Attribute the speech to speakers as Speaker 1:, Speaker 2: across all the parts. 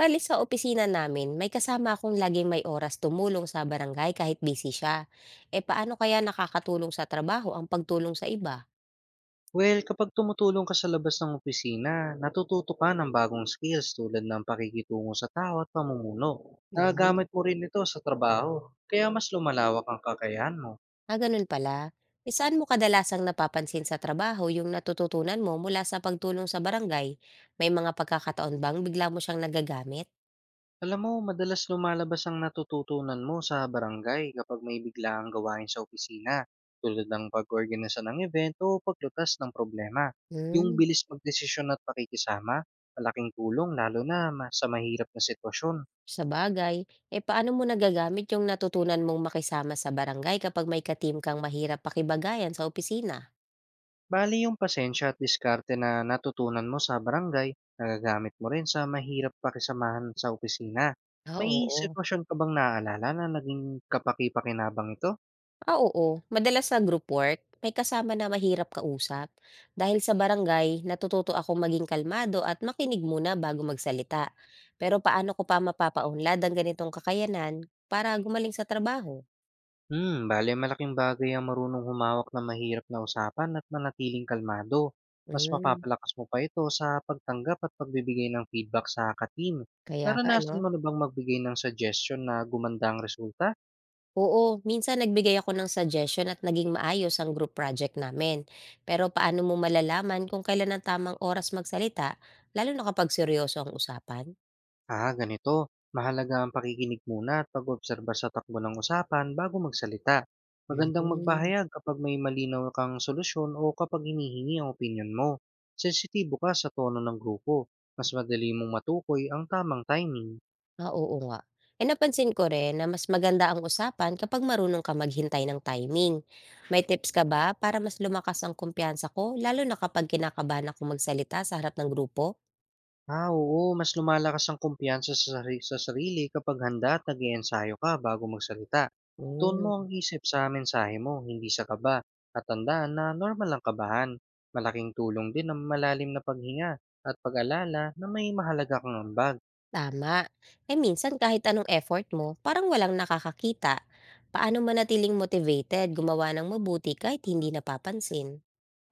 Speaker 1: Bale sa opisina namin, may kasama akong laging may oras tumulong sa barangay kahit busy siya. Eh paano kaya nakakatulong sa trabaho ang pagtulong sa iba?
Speaker 2: Well, kapag tumutulong ka sa labas ng opisina, natututo ka ng bagong skills tulad ng pakikitungo sa tao at pamumuno.
Speaker 1: Mm.
Speaker 2: Nagagamit mo rin ito sa trabaho, kaya mas lumalawak ang kakayahan mo.
Speaker 1: Ah, ganun pala. Eh, saan mo kadalasang napapansin sa trabaho yung natututunan mo mula sa pagtulong sa barangay? May mga pagkakataon bang bigla mo siyang nagagamit?
Speaker 2: Alam mo, madalas lumalabas ang natututunan mo sa barangay kapag may biglaang gawain sa opisina, tulad ng pag-organisa ng event o paglutas ng problema. Yung
Speaker 1: Hmm,
Speaker 2: bilis magdesisyon at pakikisama, malaking tulong lalo na sa mahirap na sitwasyon.
Speaker 1: sa bagay. Eh paano mo nagagamit yung natutunan mong makisama sa barangay kapag may katim kang mahirap pakibagayan sa opisina?
Speaker 2: Bali yung pasensya at diskarte na natutunan mo sa barangay, nagagamit mo rin sa mahirap pakisamahan sa opisina.
Speaker 1: Ah,
Speaker 2: May
Speaker 1: oo.
Speaker 2: sitwasyon ka bang naaalala na naging kapaki-pakinabang ito?
Speaker 1: Ah, oo. Madalas sa group work, may kasama na mahirap kausap. Dahil sa barangay, natututo akong maging kalmado at makinig muna bago magsalita. Pero paano ko pa mapapaunlad ang ganitong kakayanan para gumaling sa trabaho?
Speaker 2: Hmm, bale malaking bagay ang marunong humawak ng mahirap na usapan at manatiling kalmado. Mas
Speaker 1: Mm,
Speaker 2: mapapalakas mo pa ito sa pagtanggap at pagbibigay ng feedback sa katim.
Speaker 1: kaya nga, no?
Speaker 2: Naranasan mo na bang magbigay ng suggestion na gumanda ang resulta?
Speaker 1: Oo, minsan nagbigay ako ng suggestion at naging maayos ang group project namin. Pero paano mo malalaman kung kailan ang tamang oras magsalita, lalo na kapag seryoso ang usapan?
Speaker 2: Ah, ganito. Mahalaga ang pakikinig muna at pag-obserba sa takbo ng usapan bago magsalita. Magandang
Speaker 1: Mm.
Speaker 2: magbahayag kapag may malinaw kang solusyon o kapag hinihingi ang opinyon mo. Sensitibo ka sa tono ng grupo. Mas madali mong matukoy ang tamang timing.
Speaker 1: Ah, oo nga. Eh, napansin ko rin na mas maganda ang usapan kapag marunong ka maghintay ng timing. May tips ka ba para mas lumakas ang kumpiyansa ko, lalo na kapag kinakabahan akong magsalita sa harap ng grupo?
Speaker 2: Ah, oo, mas lumalakas ang kumpiyansa sa, sa sarili kapag handa at nag-iensayo ka bago magsalita. Ituon mo ang
Speaker 1: Mm,
Speaker 2: isip sa mensahe mo, hindi sa kaba, at tandaan na normal ang kabahan. Malaking tulong din ang malalim na paghinga at pag-alala na may mahalaga kang ambag.
Speaker 1: tama. Eh, minsan kahit anong effort mo, parang walang nakakakita. Paano manatiling motivated gumawa ng mabuti kahit hindi napapansin?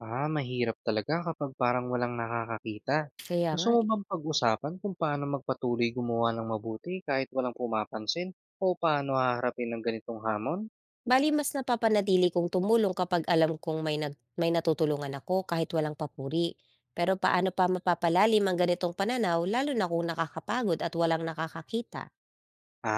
Speaker 2: Ah, mahirap talaga kapag parang walang nakakakita.
Speaker 1: Kaya
Speaker 2: Gusto
Speaker 1: nga,
Speaker 2: mo bang pag-usapan kung paano magpatuloy gumawa ng mabuti kahit walang pumapansin o paano haharapin ng ganitong hamon?
Speaker 1: bali mas napapanatili kong tumulong kapag alam kong may natutulungan ako kahit walang papuri. Pero paano pa mapapalalim ang ganitong pananaw lalo na kung nakakapagod at walang nakakakita?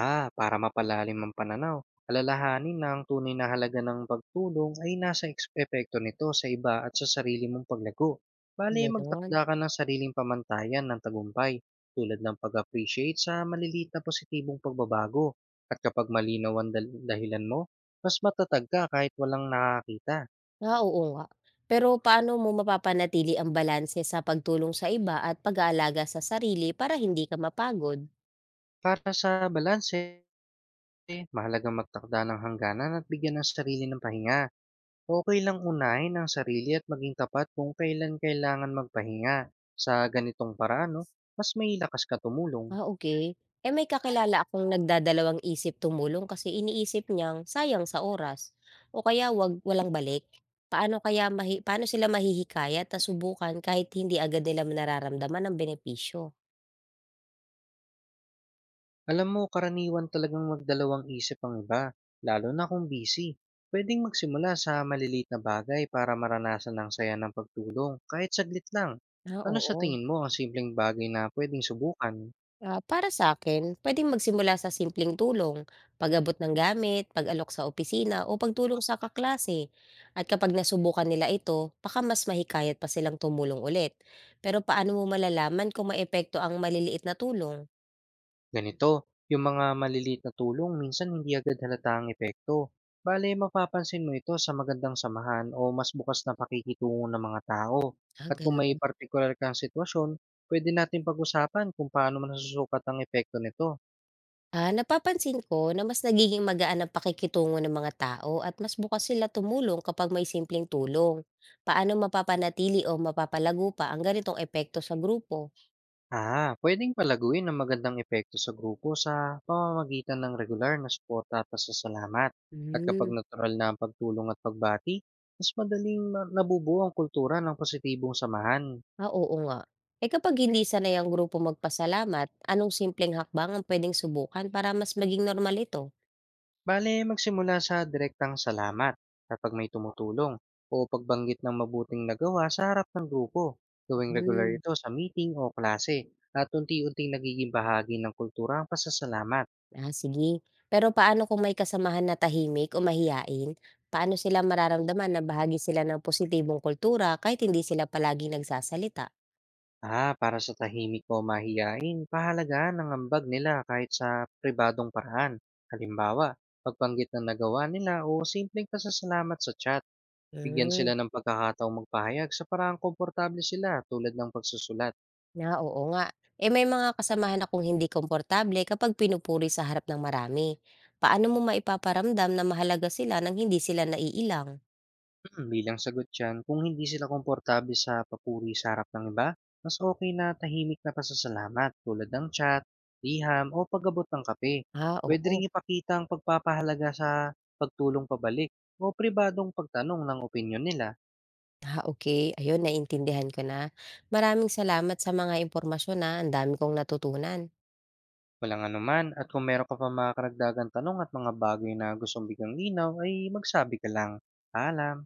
Speaker 2: Ah, para mapalalim ang pananaw, alalahanin na ang tunay na halaga ng pagtulong ay nasa epekto nito sa iba at sa sarili mong paglago. Bale,
Speaker 1: Ah, gano'n.
Speaker 2: magtakda ka ng sariling pamantayan ng tagumpay, tulad ng pag-appreciate sa maliliit na positibong pagbabago. At kapag malinaw ang dahilan mo, mas matatag ka kahit walang nakakita.
Speaker 1: Ah, oo nga. Pero paano mo mapapanatili ang balanse sa pagtulong sa iba at pag-aalaga sa sarili para hindi ka mapagod?
Speaker 2: Para sa balanse, mahalagang magtakda ng hangganan at bigyan ng sarili ng pahinga. Okey lang unahin ang sarili at maging tapat kung kailan kailangan magpahinga. Sa ganitong paraan 'no, mas may lakas ka tumulong.
Speaker 1: Ah, okay. Eh, may kakilala akong nagdadalawang isip tumulong kasi iniisip niyang sayang sa oras o kaya wag walang balik. Paano sila mahihikayat at subukan kahit hindi agad nila nararamdaman ang benepisyo?
Speaker 2: Alam mo karaniwan talagang magdalawang isip ang iba, lalo na kung busy. Puwedeng magsimula sa maliliit na bagay para maranasan ang saya ng pagtulong kahit saglit lang.
Speaker 1: Ah,
Speaker 2: Ano sa
Speaker 1: oo.
Speaker 2: tingin mo ang simpleng bagay na puwedeng subukan?
Speaker 1: Ah, para sa akin puwedeng magsimula sa simpleng tulong, pag-abot ng gamit, pag-alok sa opisina o pagtulong sa kaklase. At kapag nasubukan nila ito, baka mas mahikayat pa silang tumulong ulit. Pero paano mo malalaman kung maepekto ang maliliit na tulong?
Speaker 2: Ganito, yung mga maliliit na tulong minsan hindi agad halata ang epekto. Bale, mapapansin mo ito sa magandang samahan o mas bukas na pakikitungo ng mga tao.
Speaker 1: Ah,
Speaker 2: At kung may
Speaker 1: gano'n.
Speaker 2: partikular kang sitwasyon, pwede natin pag-usapan kung paano nasusukat ang epekto nito.
Speaker 1: Ah, napapansin ko na mas nagiging magaan ang pakikitungo ng mga tao at mas bukas sila tumulong kapag may simpleng tulong. Paano mapapanatili o mapapalago pa ang ganitong epekto sa grupo?
Speaker 2: Ah, pwedeng palaguin ang magandang epekto sa grupo sa pamamagitan ng regular na suporta at pasasalamat. At kapag
Speaker 1: Hmm,
Speaker 2: natural na ang pagtulong at pagbati, mas madaling nabubuo ang kultura ng positibong samahan.
Speaker 1: ah, oo nga. Eh kapag hindi sanay ang grupo magpasalamat, anong simpleng hakbang ang pwedeng subukan para mas maging normal ito?
Speaker 2: Bale, magsimula sa direktang salamat kapag may tumutulong o pagbanggit ng mabuting nagawa sa harap ng grupo. Gawing regular
Speaker 1: Hmm.
Speaker 2: ito sa meeting o klase at unti-unting nagiging bahagi ng kultura ang pasasalamat.
Speaker 1: Ah, sige. Pero paano kung may kasamahan na tahimik o mahiyain? Paano sila mararamdaman na bahagi sila ng positibong kultura kahit hindi sila palagi nagsasalita?
Speaker 2: Ah, para sa tahimik o mahiyain, pahalagaan ang ambag nila kahit sa pribadong paraan. Halimbawa, pagbanggit ng nagawa nila o simpleng pasasalamat sa chat. Bigyan
Speaker 1: Hmm,
Speaker 2: sila ng pagkakataong magpahayag sa paraang komportable sila tulad ng pagsusulat.
Speaker 1: na oo nga. Eh may mga kasamahan akong hindi komportable kapag pinupuri sa harap ng marami. Paano mo maipaparamdam na mahalaga sila nang hindi sila naiilang?
Speaker 2: Mm, bilang sagot dyan, kung hindi sila komportable sa papuri sa harap ng iba, mas okay na tahimik na pasasalamat tulad ng chat, liham o pagabot ng kape.
Speaker 1: Ah,
Speaker 2: Pwede
Speaker 1: oo.
Speaker 2: rin ipakita ang pagpapahalaga sa pagtulong pabalik o pribadong pagtanong ng opinyon nila.
Speaker 1: Ah, okay. Ayun, naintindihan ko na. Maraming salamat sa mga impormasyon na ang dami kong natutunan.
Speaker 2: Walang anuman, at kung meron ka pa mga karagdagan tanong at mga bagay na gustong bigang linaw ay magsabi ka lang. Paalam!